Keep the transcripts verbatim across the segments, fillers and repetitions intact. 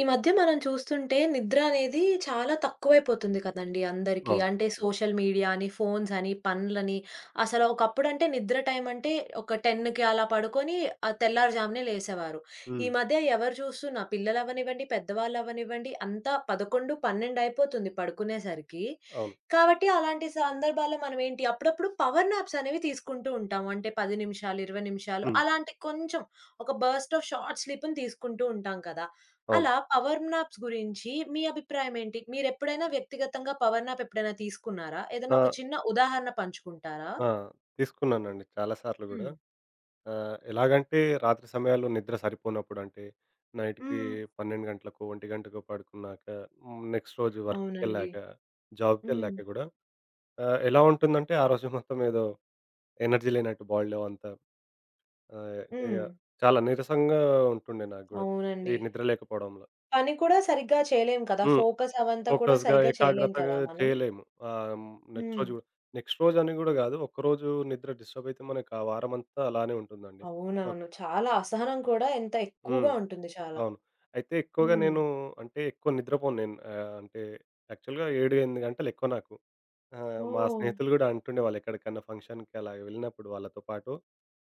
ఈ మధ్య మనం చూస్తుంటే నిద్ర అనేది చాలా తక్కువైపోతుంది కదండీ అందరికీ. అవును. అంటే సోషల్ మీడియా అని, ఫోన్స్ అని, పనులని అసలు ఒకప్పుడంటే నిద్ర టైం అంటే ఒక 10కి అలా పడుకొని ఆహ్, తెల్లారుజామునే లేసేవారు. ఈ హ్మ్. మధ్య ఎవరు చూస్తున్నా పిల్లలవ్వనివ్వండి, పెద్దవాళ్ళవ్వనివ్వండి అంతా పదకొండు, పన్నెండు అయిపోతుంది పడుకునేసరికి. అవును. కాబట్టి అలాంటి సందర్భాల్లో మనమేంటి అప్పుడప్పుడు పవర్ నాప్స్ అనేవి తీసుకుంటూ ఉంటాము. అంటే పది నిమిషాలు, ఇరవై నిమిషాలు హ్మ్. అలాంటి కొంచెం ఒక బర్స్ట్ ఆఫ్ షార్ట్ స్లీప్‌ని తీసుకుంటూ ఉంటాం కదా! అవును. అలా పవర్ నాప్స్ గురించి మీ అభిప్రాయం ఏంటి? మీరెప్పుడైనా వ్యక్తిగతంగా పవర్ నాప్ ఎప్పుడైనా తీసుకున్నారా? ఏదైనా ఒక ఆహ్, చిన్న ఉదాహరణ పంచుకుంటారా? ఆ! తీసుకున్నానండి చాలా సార్లు గూడా. హ్మ్. ఆహ్, ఎలాగంటే రాత్రి సమయాల్లో నిద్ర సరిపోనప్పుడు అంటే నైట్‌కి హ్మ్. పన్నెండు గంటలకో, ఒక గంటకో పడుకున్నాక. హ్మ్. నెక్స్ట్ రోజు అవునండి. వర్క్‌కెళ్ళాక, హ్మ్. జాబ్‌కెళ్ళాక గూడా ఆహ్, ఎలా ఉంటుందంటే ఆ రోజు మొత్తం ఏదో ఎనర్జీ లేనట్టు బాడీలో అంతా. ఆహ్, ఇగ హ్మ్. చాలా నీరసంగా ఉంటుండే నాకు గూడా. ఈ అవునండి. నిద్ర లేకపోవడంలో. పని కూడా సరిగ్గా చేయలేం కదా! హ్మ్. ఫోకస్ అవంతా కూడా ఫోకస్‌గా, సరిగ్గా చేయలేం ఏకాగ్రతగా కదా మనం. చేయలేము. ఆహ్, హ్మ్, నెక్స్ట్ హ్మ్. రోజు గూడా. నెక్స్ట్ రోజని గూడా గాదు. ఒక్కరోజు నిద్ర డిస్టర్బ్ అయితే మనకు ఆ వారమంతా అలానే ఉంటుందండి. ఓక్. అవునవును. చాలా అసహనం కూడా ఎంత హ్మ్. ఎక్కువగా ఉంటుంది చాలా. అవును. అయితే ఎక్కువగా హ్మ్. నేను అంటే ఎక్కువ నిద్రపోను నేను. ఆహ్, అంటే యాక్చువల్‌గా ఏడు, ఎనిమిది గంటలు ఎక్కువ నాకు. ఆ! మా ఓహ్! స్నేహితులు గూడా అంటుండేవాళ్ళు ఎక్కడికన్నా ఫంక్షన్‌కి అలా వెళ్ళినప్పుడు వాళ్ళతో పాటు.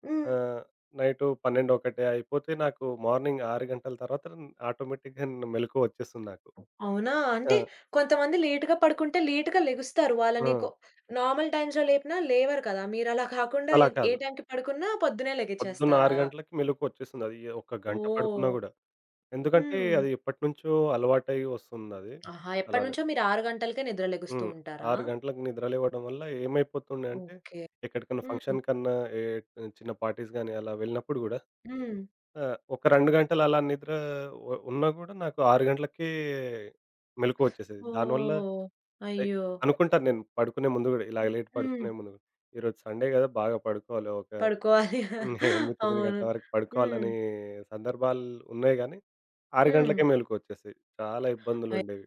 హ్మ్. ఆహ్, నైటు పన్నెండు, ఒకటి అయిపోతే నాకు మార్నింగ్ ఆరు గంటల తర్వాత ఆటోమేటిక్‌గా మెలుకువ వచ్చేస్తుంది నాకు. అవునా? ఆ! అంటే కొంతమంది లేట్‌గా పడుకుంటే లేట్‌గా లెగుస్తారు. ఆ! వాళ్ళని కొ నార్మల్ టైమ్స్‌లో లేపినా లేవరు కదా! మీరలా కాకుండా అలా ఎ ఏ కాదు. టైమ్‌కి పడుకున్నా పొద్దున్నే పొద్దున్న ఆరు లెగిచేస్తారా? గంటలకి మెలుకువొచ్చేసిందది. ఒక గంట పడుకున్నా ఓహ్! గూడా. ఎందుకంటే, హ్మ్. అది ఎప్పటినుంచో అలవాటై వస్తుందది. ఆహా! అలానే. ఎప్పటినుంచో మీరు ఆరు గంటలకే నిద్ర లెగుస్తూ హ్మ్. ఉంటారా? ఆరు గంటలకు నిద్ర లేవడం వల్ల ఏమైపోతుండే అంటే, ఓకే. ఎక్కడికన్నా హ్మ్. ఫంక్షన్ కన్నా ఏ చిన్న పార్టీస్ గానీ అలా వెళ్ళినప్పుడు గూడా హ్మ్. ఆహ్, ఒక రెండు గంటలు అలా నిద్ర ఉ ఉన్నా గూడా నాకు ఆరు గంటలకే మెలుకువొచ్చేసేది. దానివల్ల ఓహ్! ఎ అయ్యో! అనుకుంటాను నేను పడుకునే ముందు గూడా, ఇలా హ్మ్. లేట్ హ్మ్. పడుకునే ముందు గూడా. ఈరోజు సండే గదా! బాగా పడుకోవాలి ఒక పడుకోవాలి. హ్మ్. ఎనిమిది, తొమ్మిది అవును. గంటల వరకు హ్మ్. పడుకోవాలనే సందర్భాలు ఉన్నాయి గానీ, ఆరు హ్మ్. గంటలకే మెలుకువొచ్చేసేది. చాలా అయ్యో! ఇబ్బందులుండేవి.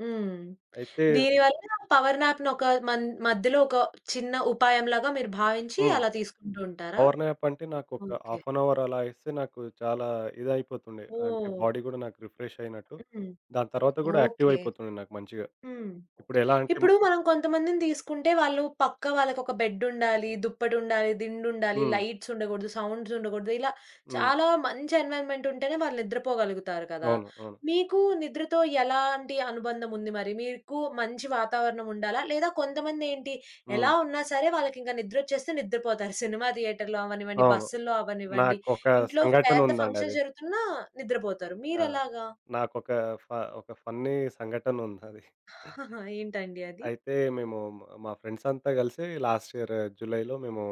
హ్మ్. అయితే దీనివల్ల పవర్ నాప్‌ని ఒక మన్ మధ్యలో ఒక చిన్న ఉపాయంలాగా మీరు భావించి హ్మ్. అలా తీసుకుంటూ ఉంటారా? పవర్ న్యాప్ అంటే నాకొక ఓకే. హాఫ్ అన్ అవర్ అలా ఇస్తే నాకు చాలా ఇదయిపోతుండే. అంటే ఓహ్! బాడీ గూడా నాకు రిఫ్రెష్ అయినట్టు. హ్మ్. దాని తర్వాత గూడా యాక్టివ్ ఓకే. అయిపోతుండే నాకు మంచిగా. హ్మ్. ఇప్పుడెలా అంటే, ఇప్పుడు మనం కొంతమందిని తీసుకుంటే వాళ్ళు పక్కా వాళ్ళకొక బెడ్డుండాలి, దుప్పటుండాలి, దిండుండాలి, హ్మ్. లైట్స్ ఉండకూడదు, సౌండ్స్ ఉండకూడదు. ఇలా హ్మ్. చాలా మంచి ఎన్విరాన్మెంట్ ఉంటేనే వాళ్ళు నిద్రపోగలుగుతారు కదా! అవును. అవును. మీకు నిద్రతో ఎలాంటి అనుబంధం ఉంది మరి? మీకు మంచి వాతావరణం ఉండాలా? లేదా కొంతమందేంటి హ్మ్. ఎలా ఉన్నా సరే వాళ్ళకింక నిద్రొచ్చేస్తే నిద్రపోతారు. సినిమా థియేటర్‌లో అవ్వనివ్వండి, అవును. బస్సుల్లో అవ్వనివ్వండి, నాకొక ఇంట్లో పెద్ద ఫంక్షన్ సంఘటనుందండది. జరుగుతున్నా నిద్రపోతారు. ఆ! మీరెలాగా? నాకొక ఫ ఒక ఫన్నీ సంఘటనుందది. ఏంటండి అది? అయితే మేము మ- మా ఫ్రెండ్స్ అంతా కలిసి లాస్ట్ ఇయర్ జూలైలో మేము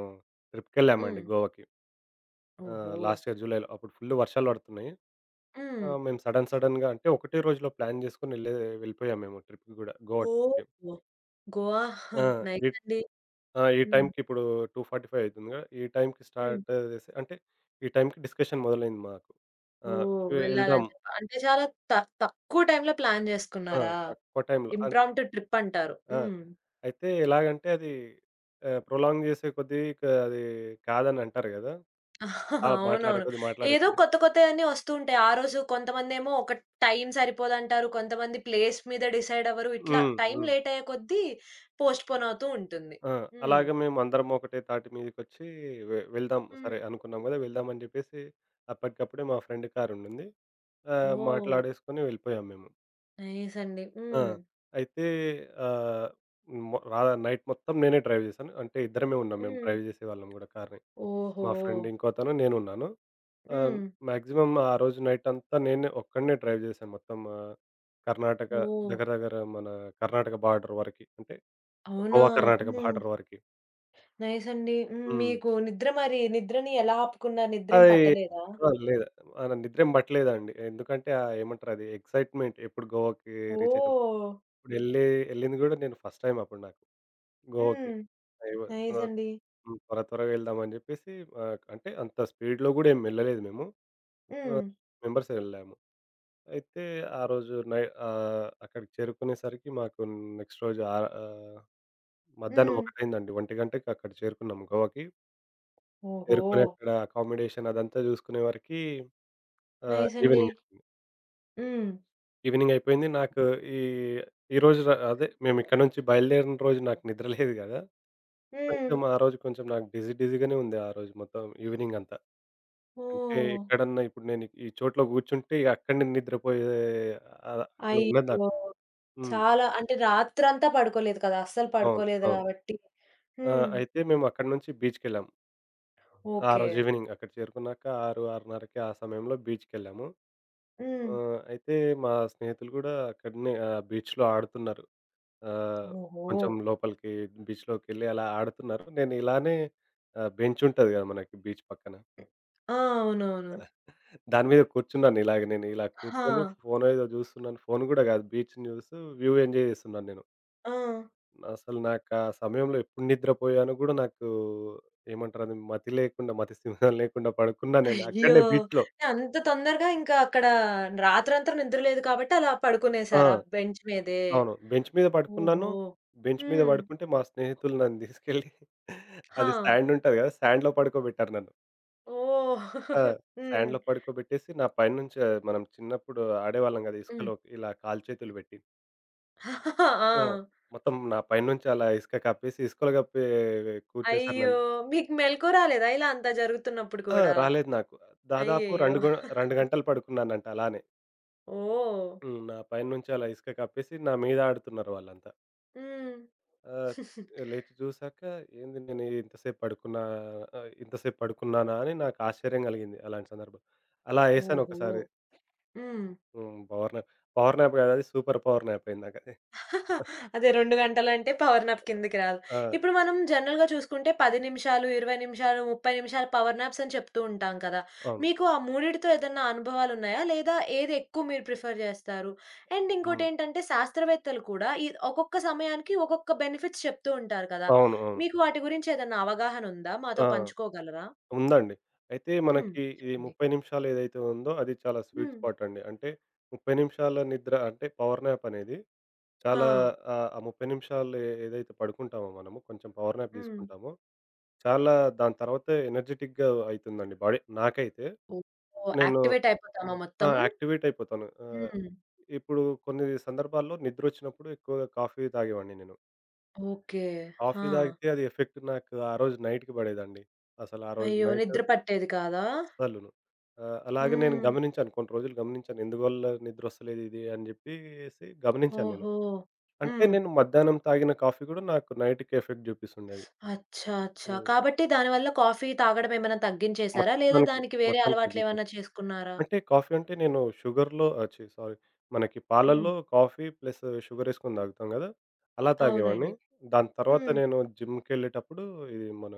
హ్మ్. ట్రిప్‌కెళ్ళామండి గోవాకి. ఆహ్, ఓహో! లాస్ట్ ఇయర్ జూలైలో అప్పుడు ఫుల్ వర్షాలు పడుతున్నాయి. హ్మ్. ఆహ్, మేము సడెన్ సడెన్‌గా అంటే ఒకటే రోజులో ప్లాన్ చేసుకొని ఎళ్ళే వెళ్ళిపోయాము మేము ట్రిప్‌కి గూడా గోవా ఓహ్! ట్రిప్‌కి. గోవా ఆ! ఈ నైస్ అండి. ఆ! ఈ హ్మ్. టైంకి ఇప్పుడు రెండు నలభై ఐదు అయితుందిగా ఈ టైంకి హ్మ్. స్టార్ట్ చేసి అంటే ఈ టైంకి డిస్కషన్ మొదలైంది మాకు. ఆ! ఓహ్! వె ఎళ్దాం. వెళ్ళాలని చెప్పి. అంటే చాలా త తక్కువ టైమ్‌లో ప్లాన్ ఆ! జేసుకున్నారా? తక్కువ టైంలో అన్ ఇంప్రాంప్టు ట్రిప్ అంటారు. ఆ! హ్మ్. అయితే ఎలాగంటే అది ఆహ్, ప్రొలాంగ్ చేసే కొద్దీ క అది కాదని అంటారు గదా! అలా మాట్లాడే అవునవును. కొద్దీ, మాట్లాడే ఏదో కొద్దీ, కొత్త కొత్తయన్నీ వస్తూ ఉంటాయి. ఆ రోజు కొంతమందేమో ఒక టైం సరిపోదంటారు. కొంతమంది ప్లేస్ మీద డిసైడ్ అవ్వరు. ఇట్లా హ్మ్. టైం హ్మ్. లేట్ అయ్యే కొద్దీ పోస్ట్‌పోన్ అవుతూ ఉంటుంది. ఆ! హ్మ్. అలాగే మేమందరం ఒకటే తాటి మీదకొచ్చి వె వెళ్దాం హ్మ్. సరే అనుకున్నాం గదా! వెళ్దాం అని జెప్పేసి అప్పటికప్పుడే మా ఫ్రెండ్ కారుండింది. ఆహ్, ఓహ్! మాట్లాడేసుకొని వెళ్ళిపోయాం మేము. నైస్ అండి. ఆ! హ్మ్. అయితే ఆహ్, మొ రా నైట్ మొత్తం నేనే డ్రైవ్ జేశాను. అంటే ఇద్దరమే ఉన్నాం మేము హ్మ్. డ్రైవ్ జేసేవాళ్ళం గూడా కార్‌ని. ఓహో! మా ఫ్రెండ్ ఇంకోతను, నేనున్నాను. ఆహ్, హ్మ్. మాక్సిమం ఆ రోజు నైట్ అంతా నేనే ఒక్కడినే డ్రైవ్ జేశాను మొత్తం, ఆహ్, కర్ణాటక ఓహ్! దగ్గర దగ్గర మన కర్ణాటక బార్డర్ వరకి. అంటే అవునా! గోవా కర్ణాటక హ్మ్. బార్డర్ వరకి. నైస్ అండి. హ్మ్. హ్మ్. మీకు నిద్ర మరి నిద్రని ఎలా ఆపుకున్నారు? నిద్రేం అది పట్టలేదా? ఆ! లేదు. మన నిద్రేం పట్టలేదండి. ఎందుకంటే ఆహ్, ఏమంటారు అది ఎక్సైట్‌మెంట్ ఎప్పుడు గోవాకి రీచ్ అయితాం. ఓహ్! ఇప్పుడెళ్ళి ఎళ్ళింది గూడా నేను ఫస్ట్ టైమ్ అప్పుడు నాకు గోవాకి. హ్మ్. అయ్యో! త్వ నైస్ అండి. హ్మ్. త్వర త్వరగా వెళ్దామని జెప్పేసి, ఆహ్, అంటే అంత స్పీడ్‌లో గూడా ఏం వెళ్ళలేదు మేము. హ్మ్. ఆహ్, మెంబర్సే వెళ్ళాము. అయితే ఆ రోజు నై ఆహ్, అక్కడికి చేరుకునేసరికి మాకు నెక్స్ట్ రోజు ఆహ్, ఆహ్, మధ్యాహ్నం హ్మ్. ఒకటి అయిందండి. ఒక గంటకి అక్కడ చేరుకున్నాము గోవాకి. ఓహో! చేరుకొని అక్కడ అకామిడేషన్ అదంతా చూసుకునే వరకి ఆహ్, నైస్ అండి. ఈవెనింగ్ అయిపోయింది. హ్మ్. ఈవెనింగ్ అయిపోయింది. నాకు ఈ ఈరోజు ర అదే మేము ఇక్కడ నుంచి బయలుదేరిన రోజు నాకు నిద్ర లేదు గదా! హ్మ్. కొంచెం ఆ రోజు కొంచెం నాకు బిజీ బిజీగానే ఉంది ఆ రోజు మొత్తం ఈవెనింగ్ అంతా. అంటే ఓహ్! ఎక్కడన్నా ఇప్పుడు నేను ఈ చోట్లో కూర్చుంటే ఇగ అక్కడనే నిద్రపోయే, ఆహ్, అట్లా ఉన్నది నాకు. అయ్యో! హ్మ్. చాలా అంటే రాత్రంతా పడుకోలేదు కదా! అస్సలు అవును. పడుకోలేదు అవును. గాబట్టి. ఆ! హ్మ్. అయితే మేము అక్కడి నుంచి బీచ్‌కెళ్ళాము. ఆ ఓకే. రోజు ఈవెనింగ్ అక్కడ చేరుకున్నాక ఆరు, 6:30కి ఆ సమయంలో బీచ్‌కెళ్ళాము. హ్మ్. ఆ! అయితే మా స్నేహితులు గూడా అక్కడనే ఆహ్, బీచ్‌లో ఆడుతున్నారు. ఆహ్, ఓహో! కొంచెం లోపలికి బీచ్‌లోకెళ్ళి అలా ఆడుతున్నారు. నేను ఇలానే, ఆహ్, బెంచ్ ఉంటది గదా! మనకి బీచ్ పక్కన. ఆ! అవునవును. దాని మీద కూర్చున్నాను ఇలాగ నేను. ఇలా హా! కూర్చొని ఫోన్ ఏదో జూస్తున్నాను. ఫోన్ గూడా గాదు బీచ్‌ని జూస్తూ వ్యూ ఎంజాయ్ జేస్తున్నాను నేను. ఆ! అసలు నాకా సమయంలో ఎప్పుడు నిద్రపోయానో గూడా నాకు ఏమంటారు అది మతి లేకుండా మతి సింహం లేకుండా పడుకున్నా నేను అయ్యో! అక్కడనే బీచ్‌లో. అంత తొందరగా ఇంకా అక్కడ రాత్రంతా నిద్ర లేదు కాబట్టి అలా ఆ! పడుకునేసారా బెంచ్ మీదే? అవును. బెంచ్ మీద ఓహో! పడుకున్నాను. బెంచ్ మీద హ్మ్. పడుకుంటే మా స్నేహితులు నన్ను తీసుకెళ్ళి ఆ! అది సాండ్ ఉంటది కదా! సాండ్‌లో పడుకోబెట్టారు నన్ను. ఓహ్! ఆ! హ్మ్. సాండ్‌లో పడుకోబెట్టేసి నా పైనుంచి ఆ, మనం చిన్నప్పుడు ఆడేవాళ్ళం కదా! హ్మ్. ఇసుకలో ఇలా కాలు చేతులు పెట్టి. ఆ! ఆ! మొత్తం నా పైనుంచి అలా ఇసుక కప్పేసి ఇసుకలో కప్పి కూర్చేశారు అయ్యో! నన్ను. మీకు మెలుకువ రాలేదా ఇలా అంతా జరుగుతున్నప్పుడు ఆ! కూడా? రాలేదు నాకు. దాదాపు అయ్యయ్యో! రెండు గ రెండు గంటలు పడుకున్నానంట అలానే. ఓహ్! హ్మ్. నా పైనుంచి అలా ఇసుక కప్పేసి నా మీద ఆడుతున్నారు వాళ్ళంతా. హ్మ్. ఆ! లేచి చూసాక ఏంది నేను ఇంతసేపు పడుకున్నా, ఆహ్, ఇంతసేపు పడుకున్నానా అని నాకు ఆశ్చర్యం కలిగింది అలాంటి సందర్భం. అలా ఏశాను ఓహో! ఒకసారి. హ్మ్. హ్మ్. Power nap. పవర్ న్యాప్ కాదు అది సూపర్ పవర్ న్యాప్ అయిందకది. హ! అదే రెండు గంటలంటే పవర్ నాప్ కిందకి రాదు. ఆ! ఇప్పుడు మనం జనరల్‌గా చూసుకుంటే పది నిమిషాలు, ఇరవై నిమిషాలు, ముప్పై నిమిషాలు పవర్ నాప్స్ అని చెప్తూ ఉంటాం కదా! అవును. మీకు ఆ మూడిటితో ఏదన్నా అనుభవాలున్నాయా? లేదా ఏది ఎక్కువ మీరు ప్రిఫర్ జేస్తారు? అండ్ హ్మ్. ఇంకోటేంటంటే శాస్త్రవేత్తలు కూడా ఈ ఒక్కొక్క సమయానికి ఒక్కొక్క బెనిఫిట్స్ చెప్తూ ఉంటారు కదా! అవును. అవును. మీకు వాటి గురించి ఏదన్నా అవగాహనుందా? మాతో ఆ! పంచుకోగలరా? ఉందండి. అయితే హ్మ్. మనకి ఈ చెప్పండి. ముప్పై నిమిషాలు ఏదైతే ఉందో అది చాలా స్వీట్ హ్మ్. స్పాట్ అండి. అంటే ముప్పై నిమిషాల నిద్ర అంటే పవర్ న్యాప్ అనేది ఆ! చాలా, ఆహ్, ఆ ముప్పై నిమిషాలు ఏ- ఏదైతే పడుకుంటామో మనము కొంచెం పవర్ న్యాప్ హ్మ్. తీసుకుంటామో చాలా, దాని తర్వాత ఎనర్జిటిక్‌గా అయితుందండి బాడీ. నాకైతే ఓహ్! ఓహ్! నేను యాక్టివేట్ అయిపోతామా ఆ! మొత్తం? యాక్టివేట్ అయిపోతాను. ఆహ్, హ్మ్. ఇప్పుడు కొన్ని సందర్భాల్లో నిద్రొచ్చినప్పుడు ఎక్కువగా కాఫీ తాగేవాడిని నేను. ఓకే. ఆ! కాఫీ తాగితే అది ఎఫెక్ట్ నాకు ఆ రోజు నైట్‌కి పడేదండి. అసలు ఆ రోజు అయ్యో! నైట్ నిద్ర పట్టేది కాదా? అస్సలును. ఆహ్, అలాగే నేను హ్మ్. గమనించాను. కొన్ని రోజులు గమనించాను. ఎందువల్ల నిద్రొస్తలేదు ఇది అని చెప్పేసి గమనించాను నేను. ఓహో! అంటే హ్మ్. నేను మధ్యాహ్నం తాగిన కాఫీ కూడా నాకు నైట్‌కి ఎఫెక్ట్ చూపిస్తుండేది. అచ్చా! అచ్చా! హ్మ్. కాబట్టి దానివల్ల కాఫీ తాగడం ఏమైనా తగ్గించేసారా? లేదా మొత్తానికి దానికి వేరే మొత్తానికి తగ్గిచ్చేది. అలవాట్లేమన్నా చేసుకున్నారా? అంటే కాఫీ అంటే నేను షుగర్‌లో ఆహ్, ఛీ! సారీ. మనకి హ్మ్. పాలల్లో కాఫీ ప్లస్ షుగర్ ఏసుకొని తాగుతాం గదా! అలా తాగేవాడిని. అవునండి. దాని తర్వాత హ్మ్. నేను జిమ్‌కెళ్ళేటప్పుడు ఇది మన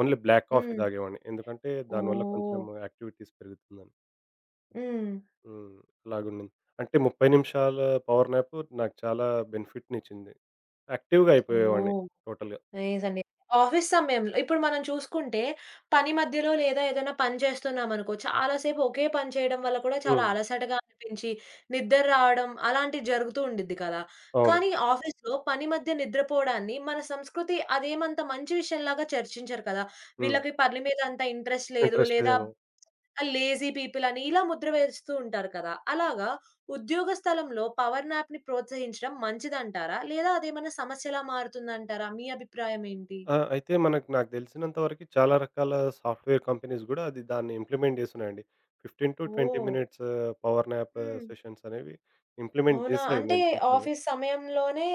ఓన్లీ బ్లాక్ కాఫీ హ్మ్. తాగేవాడిని. ఎందుకంటే దానివల్ల కొంచెం ఓహ్! యాక్టివిటీస్ పెరుగుతుందని. హ్మ్. హ్మ్. అలాగుండింది. అంటే ముప్పై నిమిషాల పవర్ నాప్ నాకు చాలా బెనిఫిట్‌నిచ్చింది. యాక్టివ్‌గా అయిపోయేవాడిని ఓహ్! టోటల్‌గా. నైస్ అండి. ఆఫీస్ సమయంలో ఇప్పుడు మనం చూసుకుంటే, పని మధ్యలో లేదా ఏదైనా పని చేస్తున్నామనుకో, చాలా సేపు ఒకే పని చేయడం వల్ల కూడా చాలా హ్మ్. అలసటగా అనిపించి, నిద్ర రావడం అలాంటివి జరుగుతూ ఉండిద్ది కదా! అవును. కానీ ఆఫీస్‌లో పని మధ్య నిద్రపోవడాన్ని మన సంస్కృతి అదేమంత మంచి విషయంలాగా చర్చించరు కదా! హ్మ్. వీళ్ళకి పని మీద అంత ఇంట్రెస్ట్ లేదు, ఇంట్రెస్ట్ లేదా లేదేమో. ఆ! లేజీ పీపుల్ అని ఇలా ముద్ర వేస్తూ ఉంటారు కదా! అలాగా ఉద్యోగ స్థలంలో పవర్ నాప్‌ని ప్రోత్సహించడం మంచిదంటారా? లేదా అదేమన్నా సమస్యలా మారుతుందంటారా? మీ అభిప్రాయం ఏంటి? ఆ! అయితే మనకు నాకు తెలిసినంత వరకి చాలా రకాల సాఫ్ట్‌వేర్ కంపెనీస్ గూడా అది దాన్ని ఇంప్లిమెంట్ జేస్తున్నాయండి. పదిహేను నుండి ఇరవై oh! Minutes power nap hmm. Sessions అనేవి ఇంప్లిమెంట్ అవునా? జేశాయి అంటే నేను చూసాను. ఆఫీస్ సమయంలోనే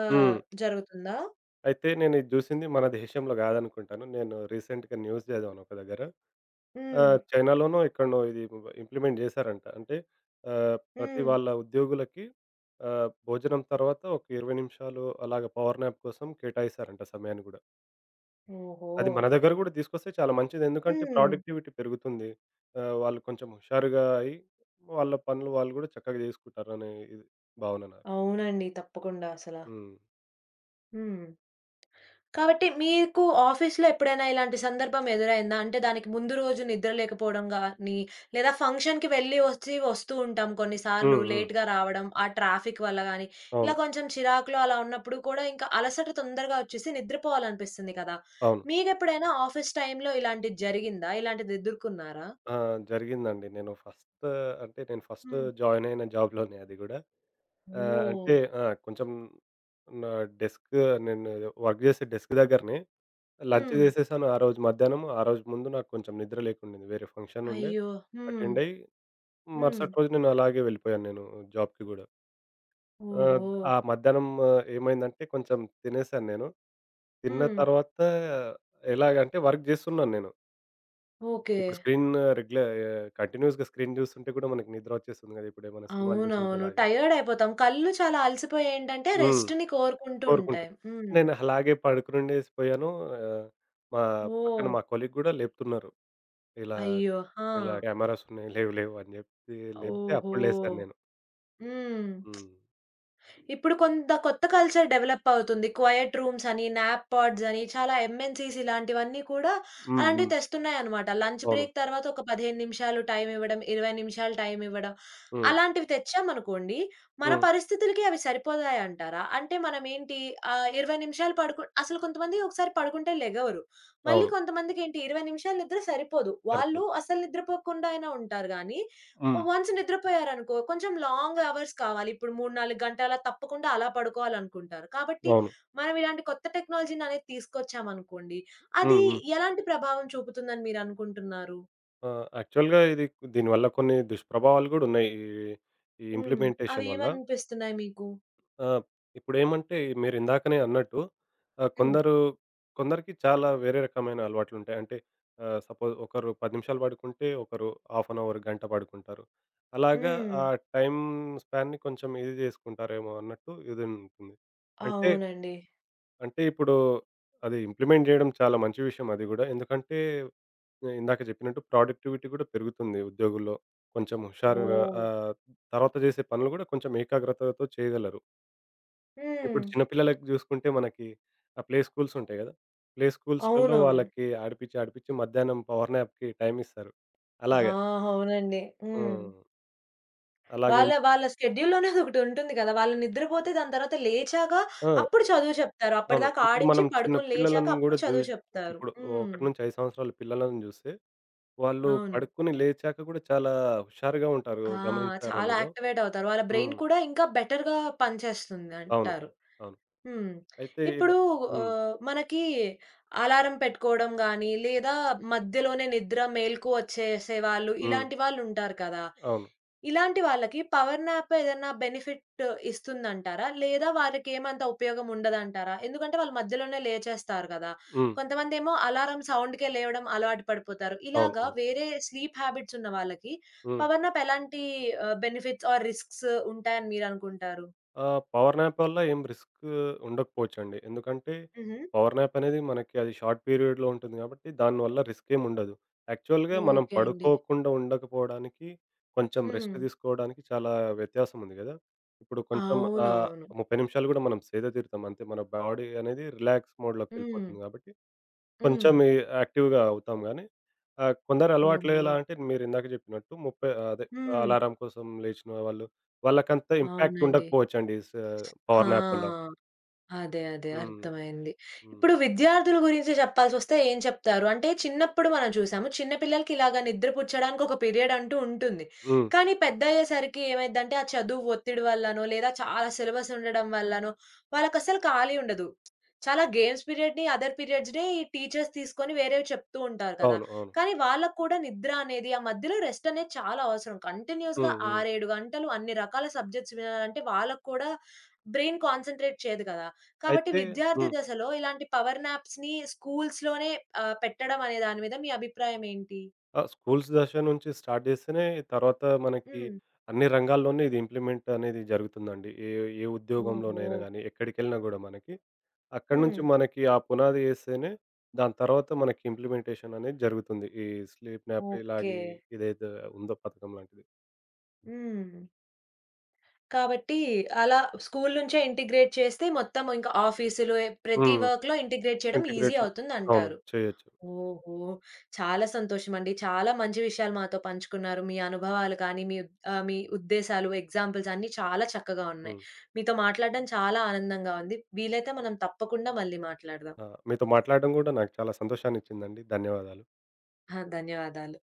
ఆహ్, హ్మ్. జరుగుతుందా? అయితే నేను ఇది జూసింది మన దేశంలో గాదనుకుంటాను. నేను రీసెంట్‌గా న్యూస్ చదివాను ఒక దగ్గర. హ్మ్. ఆహ్, చైనాలోనో ఎక్కడనో ఇది ఇంప్లిమెంట్ జేశారంట. అంటే ఆహ్, ప్రతి హ్మ్. వాళ్ళ ఉద్యోగులకి ఆహ్, భోజనం తర్వాత ఒక ఇరవై నిమిషాలు అలాగ పవర్ న్యాప్ కోసం కేటాయిస్తారంట సమయాన్ని గూడా. ఓహో! అది మన దగ్గర గూడా తీసుకొస్తే చాలా మంచిది. ఎందుకంటే హ్మ్. ప్రొడక్టివిటీ పెరుగుతుంది. ఆహ్, వాళ్ళు కొంచెం హుషారుగా అయ్యి, వాళ్ళ పనులు వాళ్ళు గూడా చక్కగా జేసుకుంటారనే ఇది భావన నాకు. అవునండి. తప్పకుండా అసల. హ్మ్. హ్మ్. కాబట్టి మీకు ఆఫీస్‌లో ఎప్పుడైనా ఇలాంటి సందర్భం ఎదురైందా? అంటే దానికి ముందు రోజు నిద్ర లేకపోవడం గాని, లేదా ఫంక్షన్‌కి వెళ్ళి వచ్చి వస్తూ ఉంటాం కొన్నిసార్లు హ్మ్. హ్మ్. లేట్‌గా రావడం, ఆ ట్రాఫిక్ వల్ల గాని, ఇలా అవును. కొంచెం చిరాకులో అలా ఉన్నప్పుడు కూడా ఇంకా అలసట తొందరగా వచ్చేసి నిద్రపోవాలనిపిస్తుంది కదా! అవును. మీకెప్పుడైనా ఆఫీస్ టైమ్‌లో ఇలాంటిది జరిగిందా? ఇలాంటిది ఎదుర్కొన్నారా? ఆ! జరిగిందండి. నేను ఫస్ట్, అంటే నేను ఫస్ట్ హ్మ్. జాయిన్ అయిన జాబ్‌లోనే అది గూడా. ఆహ్, ఓహ్! అంటే ఆ! కొంచెం నా డెస్క్, నేను వర్క్ జేసే డెస్క్ దగ్గరనే లంచ్ హ్మ్. జేసేసాను ఆ రోజు మధ్యాహ్నం. ఆ రోజు ముందు నాకు కొంచెం నిద్ర లేకుండింది. వేరే ఫంక్షన్ ఉండే అయ్యో! హ్మ్. అటెండ్ అయ్యి హ్మ్. మరుసటి రోజు నేను అలాగే వెళ్ళిపోయాను నేను జాబ్‌కి గూడా. ఆహ్, ఓహో! ఆ మధ్యాహ్నం ఆ, ఏమైందంటే కొంచెం తినేసాను నేను. తిన్న హ్మ్. తర్వాత ఎలాగంటే వర్క్ జేస్తున్నాను నేను. ఓకే. ఇప్పుడు స్క్రీన్ రెగ్యుల కంటిన్యూయస్‌గా స్క్రీన్ జూస్తుంటే కూడా మనకి నిద్ర వచ్చేస్తుంది గదా! ఇప్పుడేమైనా సినిమాలు జూస్తుంటే అవునవును. అలాగా. టయర్డ్ అయిపోతాం. కళ్ళు చాలా అలసిపోయి ఏంటంటే హ్మ్. రెస్ట్‌ని కోరుకుంటూ కోరుకుంటాం. ఉంటాయి. హ్మ్. నేను అలాగే పడుకునుండేసిపోయాను. ఆహ్, మా పక్కన ఓహ్! మా కొలీగ్ గూడా లేపుతున్నారు. ఇలా అయ్యో! ఆ! ఇలా కెమెరాస్ ఉన్నాయి లేవు లేవు అని జెప్పి లేపితే ఓహో! అప్పుడు లేసాను నేను. హ్మ్. హ్మ్. ఇప్పుడు కొంత కొత్త కల్చర్ డెవలప్ అవుతుంది. క్వైట్ రూమ్స్ అని, న్యాప్ పాడ్స్ అని చాలా ఎంఎన్‌సీస్ ఇలాంటివన్నీ కూడా హ్మ్. అలాంటివి హ్మ్. తెస్తున్నాయన్నమాట. లంచ్ అవును. బ్రేక్ తర్వాత ఒక పదిహేను నిమిషాలు టైం ఇవ్వడం, ఇరవై నిమిషాలు టైం ఇవ్వడం. హ్మ్. అలాంటివి తెచ్చామనుకోండి, మన హ్మ్. పరిస్థితులకి అవి సరిపోతాయంటారా? అంటే మనమేంటి ఆహ్, ఇరవై నిమిషాలు పడుకు అసలు కొంతమంది ఒకసారి పడుకుంటే లెగవరు. మళ్ళీ అవును. కొంతమందికేంటి ఇరవై నిమిషాలు నిద్ర సరిపోదు. వాళ్ళు సరిపోదు. అసలు నిద్రపోకుండా అయినా ఉంటారు గానీ, హ్మ్. వన్స్ నిద్రపోయారనుకో, కొంచెం లాంగ్ అవర్స్ కావాలి. ఇప్పుడు మూడు, నాలుగు గంటల తప్పకుండా అలా పడుకోవాలనుకుంటారు. కాబట్టి అవును. మనం ఇలాంటి కొత్త టెక్నాలజీననేది తీసుకొచ్చామనుకోండి, అది హ్మ్. హ్మ్. ఎలాంటి ప్రభావం చూపుతుందని మీరనుకుంటున్నారు? ఆ! యాక్చువల్‌గా ఇది దీనివల్ల కొన్ని దుష్ప్రభావాలు గూడా ఉన్నాయి. ఈ ఈ హ్మ్. ఇంప్లిమెంటేషన్ వల్ల. అవేమనిపిస్తున్నాయి మీకు? ఆ! ఇప్పుడేమంటే మీరు ఇందాకనే అన్నట్టు, ఆహ్, హ్మ్. కొందరు కొందరికి చాలా వేరే రకమైన అలవాట్లుంటాయి. అంటే ఆహ్, సపోజ్ ఒకరు పది నిమిషాలు పడుకుంటే, ఒకరు హాఫ్ అన్ అవర్, గంట పడుకుంటారు. అలాగా హ్మ్. ఆ టైమ్ స్పాన్‌ని కొంచెం ఇది జేసుకుంటారేమో అన్నట్టు ఇది ఉంటుంది. అంటే, అవునండి. అంటే ఇప్పుడు అది ఇంప్లిమెంట్ జేయడం చాలా మంచి విషయం అది గూడా. ఎందుకంటే ఇందాక చెప్పినట్టు ప్రొడక్టివిటీ కూడా పెరుగుతుంది ఉద్యోగుల్లో. కొంచెం హుషారుగా, ఓహ్! ఆహ్, తర్వాత చేసే పనులు కూడా కొంచెం ఏకాగ్రతతో చేయగలరు. హ్మ్. ఇప్పుడు చిన్న పిల్లలకి చూసుకుంటే మనకి ఆ ప్లే స్కూల్స్ ఉంటాయి కదా! ప్లే స్కూల్స్‌లలో అవునవును. వాళ్ళకి ఆడిపిచ్చి, ఆడిపిచ్చి మధ్యాహ్నం పవర్ న్యాప్‌కి టైమ్ ఇస్తారు. ఆ! అలాగా. అవునండి. హ్మ్. హ్మ్. అలాగే వాళ్ళ ఇం- వాళ్ళ షెడ్యూల్‌లోనే అదొకటుంటుంది కదా! వాళ్ళు నిద్రపోతే దాని తర్వాత లేచాక ఆ! అప్పుడు చదువు చెప్తారు. అవును. అప్పటిదాకా ఇప్పుడు ఆడించి మనం చిన్న పడుకొని లేచాక పిల్లలను కూడా అప్పుడు చదువు జూస్ చెప్తారు. ఇప్పుడు హ్మ్. ఒకటి నుండి ఐదు సంవత్సరాల పిల్లలను చూస్తే వాళ్ళు అవును. పడుకొని లేచాక కూడా చాలా హుషారుగా ఉంటారు. ఆ! గమనించారో చాలా లేదో? యాక్టివేట్ అవుతారు. వాళ్ళ బ్రెయిన్ హ్మ్. కూడా ఇంకా బెటర్‌గా పనిచేస్తుంది అవును. అంటారు. అవును. హ్మ్. అయితే ఇలా ఇప్పుడు హ్మ్. ఆహ్, మనకి అలారం పెట్టుకోవడం గాని, లేదా మధ్యలోనే నిద్ర మేలుకువ వచ్చేసేవాళ్ళు, హ్మ్. ఇలాంటి వాళ్ళుంటారు కదా! అవును. ఇలాంటి వాళ్ళకి పవర్ న్యాప్ ఏదన్నా బెనిఫిట్ ఇస్తుందంటారా? లేదా వారికేమంత ఉపయోగం ఉండదంటారా? ఎందుకంటే వాళ్ళు మధ్యలోనే లేచేస్తారు కదా! హ్మ్. కొంతమందేమో అలారం సౌండ్‌కే లేవడం అలవాటు పడిపోతారు. అవును. ఇలాగా అవును. వేరే స్లీప్ హ్యాబిట్స్ ఉన్న వాళ్ళకి హ్మ్. పవర్ న్యాప్ ఎలాంటి ఆహ్, బెనిఫిట్స్ ఆర్ రిస్క్స్ ఉంటాయని మీరనుకుంటారు? ఆహ్, పవర్ న్యాప్ వల్ల ఏం రిస్క్ ఉండకపోవచ్చండి. ఎందుకంటే హుహు. పవర్ న్యాప్ అనేది మనకి అది షార్ట్ పీరియడ్‌లో ఉంటుంది కాబట్టి దానివల్ల రిస్క్ ఏమి ఉండదు. యాక్చువల్‌గా మనం ఓకే అండి. పడుకోకుండా ఉండకపోవడానికి కొంచెం హ్మ్. రెస్ట్ తీసుకోవడానికి చాలా వ్యత్యాసం ఉంది గదా! ఇప్పుడు కొంచెం, ఆహ్, అవునవును. ముప్పై నిమిషాలు గూడా మనం సేద తీరుతాం. అంతే మన బాడీ అనేది రిలాక్స్ హ్మ్. మోడ్‌లోకెళ్ళిపోతుంది కాబట్టి హ్మ్. కొంచెం ఈ యాక్టివ్‌గా అవుతాం గానీ, ఆహ్, కొందరి అలవాట్లు ఓహో! ఎలా అంటే మీరిందాక చెప్పినట్టు ముప్పై అదే హ్మ్. అలారం కోసం లేచిన వాళ్ళు, వాళ్ళకంత ఇంపాక్ట్ అవునండి. ఉండకపోవచ్చండి స పవర్ న్యాప్ వల్ల. ఆ! అదే. అదే. హ్మ్. అర్థమైంది. హ్మ్. ఇప్పుడు విద్యార్థుల గురించి చెప్పాల్సొస్తే ఏం చెప్తారు? అంటే చిన్నప్పుడు మనం చూసాము. చిన్న పిల్లలకి ఇలాగ నిద్రపుచ్చడానికి ఒక పీరియడ్ అంటూ ఉంటుంది. హ్మ్. కానీ పెద్దయ్యేసరికి ఏమైద్దంటే ఆ చదువు ఒత్తిడి వల్లనో, లేదా చాలా సిలబస్ ఉండడం వల్లనో వాళ్ళకసలు ఖాళీ ఉండదు. చాలా గేమ్స్ పీరియడ్‌ని, అదర్ పీరియడ్స్‌ని టీచర్స్ తీసుకొని వేరేవి చెప్తూ ఉంటారు కదా! అవును. అవును. కానీ వాళ్ళకి కూడా నిద్ర అనేది, ఆ మధ్యలో రెస్ట్ అనేది చాలా అవసరం. కంటిన్యూయస్‌గా హ్మ్. హ్మ్. ఆరు, ఏడు గంటలు అన్ని రకాల సబ్జెక్ట్స్ వినాలంటే వాళ్ళకి కూడా బ్రెయిన్ కాన్సంట్రేట్ చేయదు కదా! కాబట్టి అయితే విద్యార్థి హ్మ్. దశలో ఇలాంటి పవర్ న్యాప్స్‌ని స్కూల్స్‌లోనే ఆహ్, పెట్టడం అనే దాని మీద మీ అభిప్రాయం ఏంటి? ఆ! స్కూల్స్ దశ నుంచి స్టార్ట్ జేస్తేనే తర్వాత మనకి హ్మ్. అన్ని రంగాల్లోనే ఇది ఇంప్లిమెంట్ అనేది జరుగుతుందండి. ఏ ఏ ఓహో! ఉద్యోగంలోనైనా గానీ, ఎక్కడికెళ్ళినా గూడా మనకి. అక్కడి హ్మ్. నుంచి మనకి ఆ పునాది ఏస్తేనే, దాని తర్వాత మనకి ఇంప్లిమెంటేషన్ అనేది జరుగుతుంది. ఈ స్లీప్ న్యాప్ ఓకే. ఇలాగే ఇదైతే ఉందో పథకం లాంటిది. హ్మ్. కాబట్టి అలా స్కూలు నుంచే ఇంటిగ్రేట్ చేస్తే మొత్తం ఇంకా ఆఫీసులు ఏ- ప్రతి హ్మ్. వర్క్‌లో ఇంటిగ్రేట్ చేయడం ఈజీ ఇంటిగ్రేటెడ్ అవును. అవుతుందంటారు. చేయొచ్చు. ఓహో! చాలా సంతోషమండి. చాలా మంచి విషయాలు మాతో పంచుకున్నారు. మీ అనుభవాలు కానీ, మీ ఆహ్, మీ ఉద్దేశాలు, ఎగ్జాంపుల్స్ అన్నీ చాలా చక్కగా ఉన్నాయి. హ్మ్. మీతో మాట్లాడడం చాలా ఆనందంగా ఉంది. వీలైతే మనం తప్పకుండా మళ్ళీ మాట్లాడదాం. ఆ! మీతో మాట్లాడడం గూడా నాకు చాలా సంతోషాన్నిచ్చిందండి. ధన్యవాదాలు. ఆ! ధన్యవాదాలు.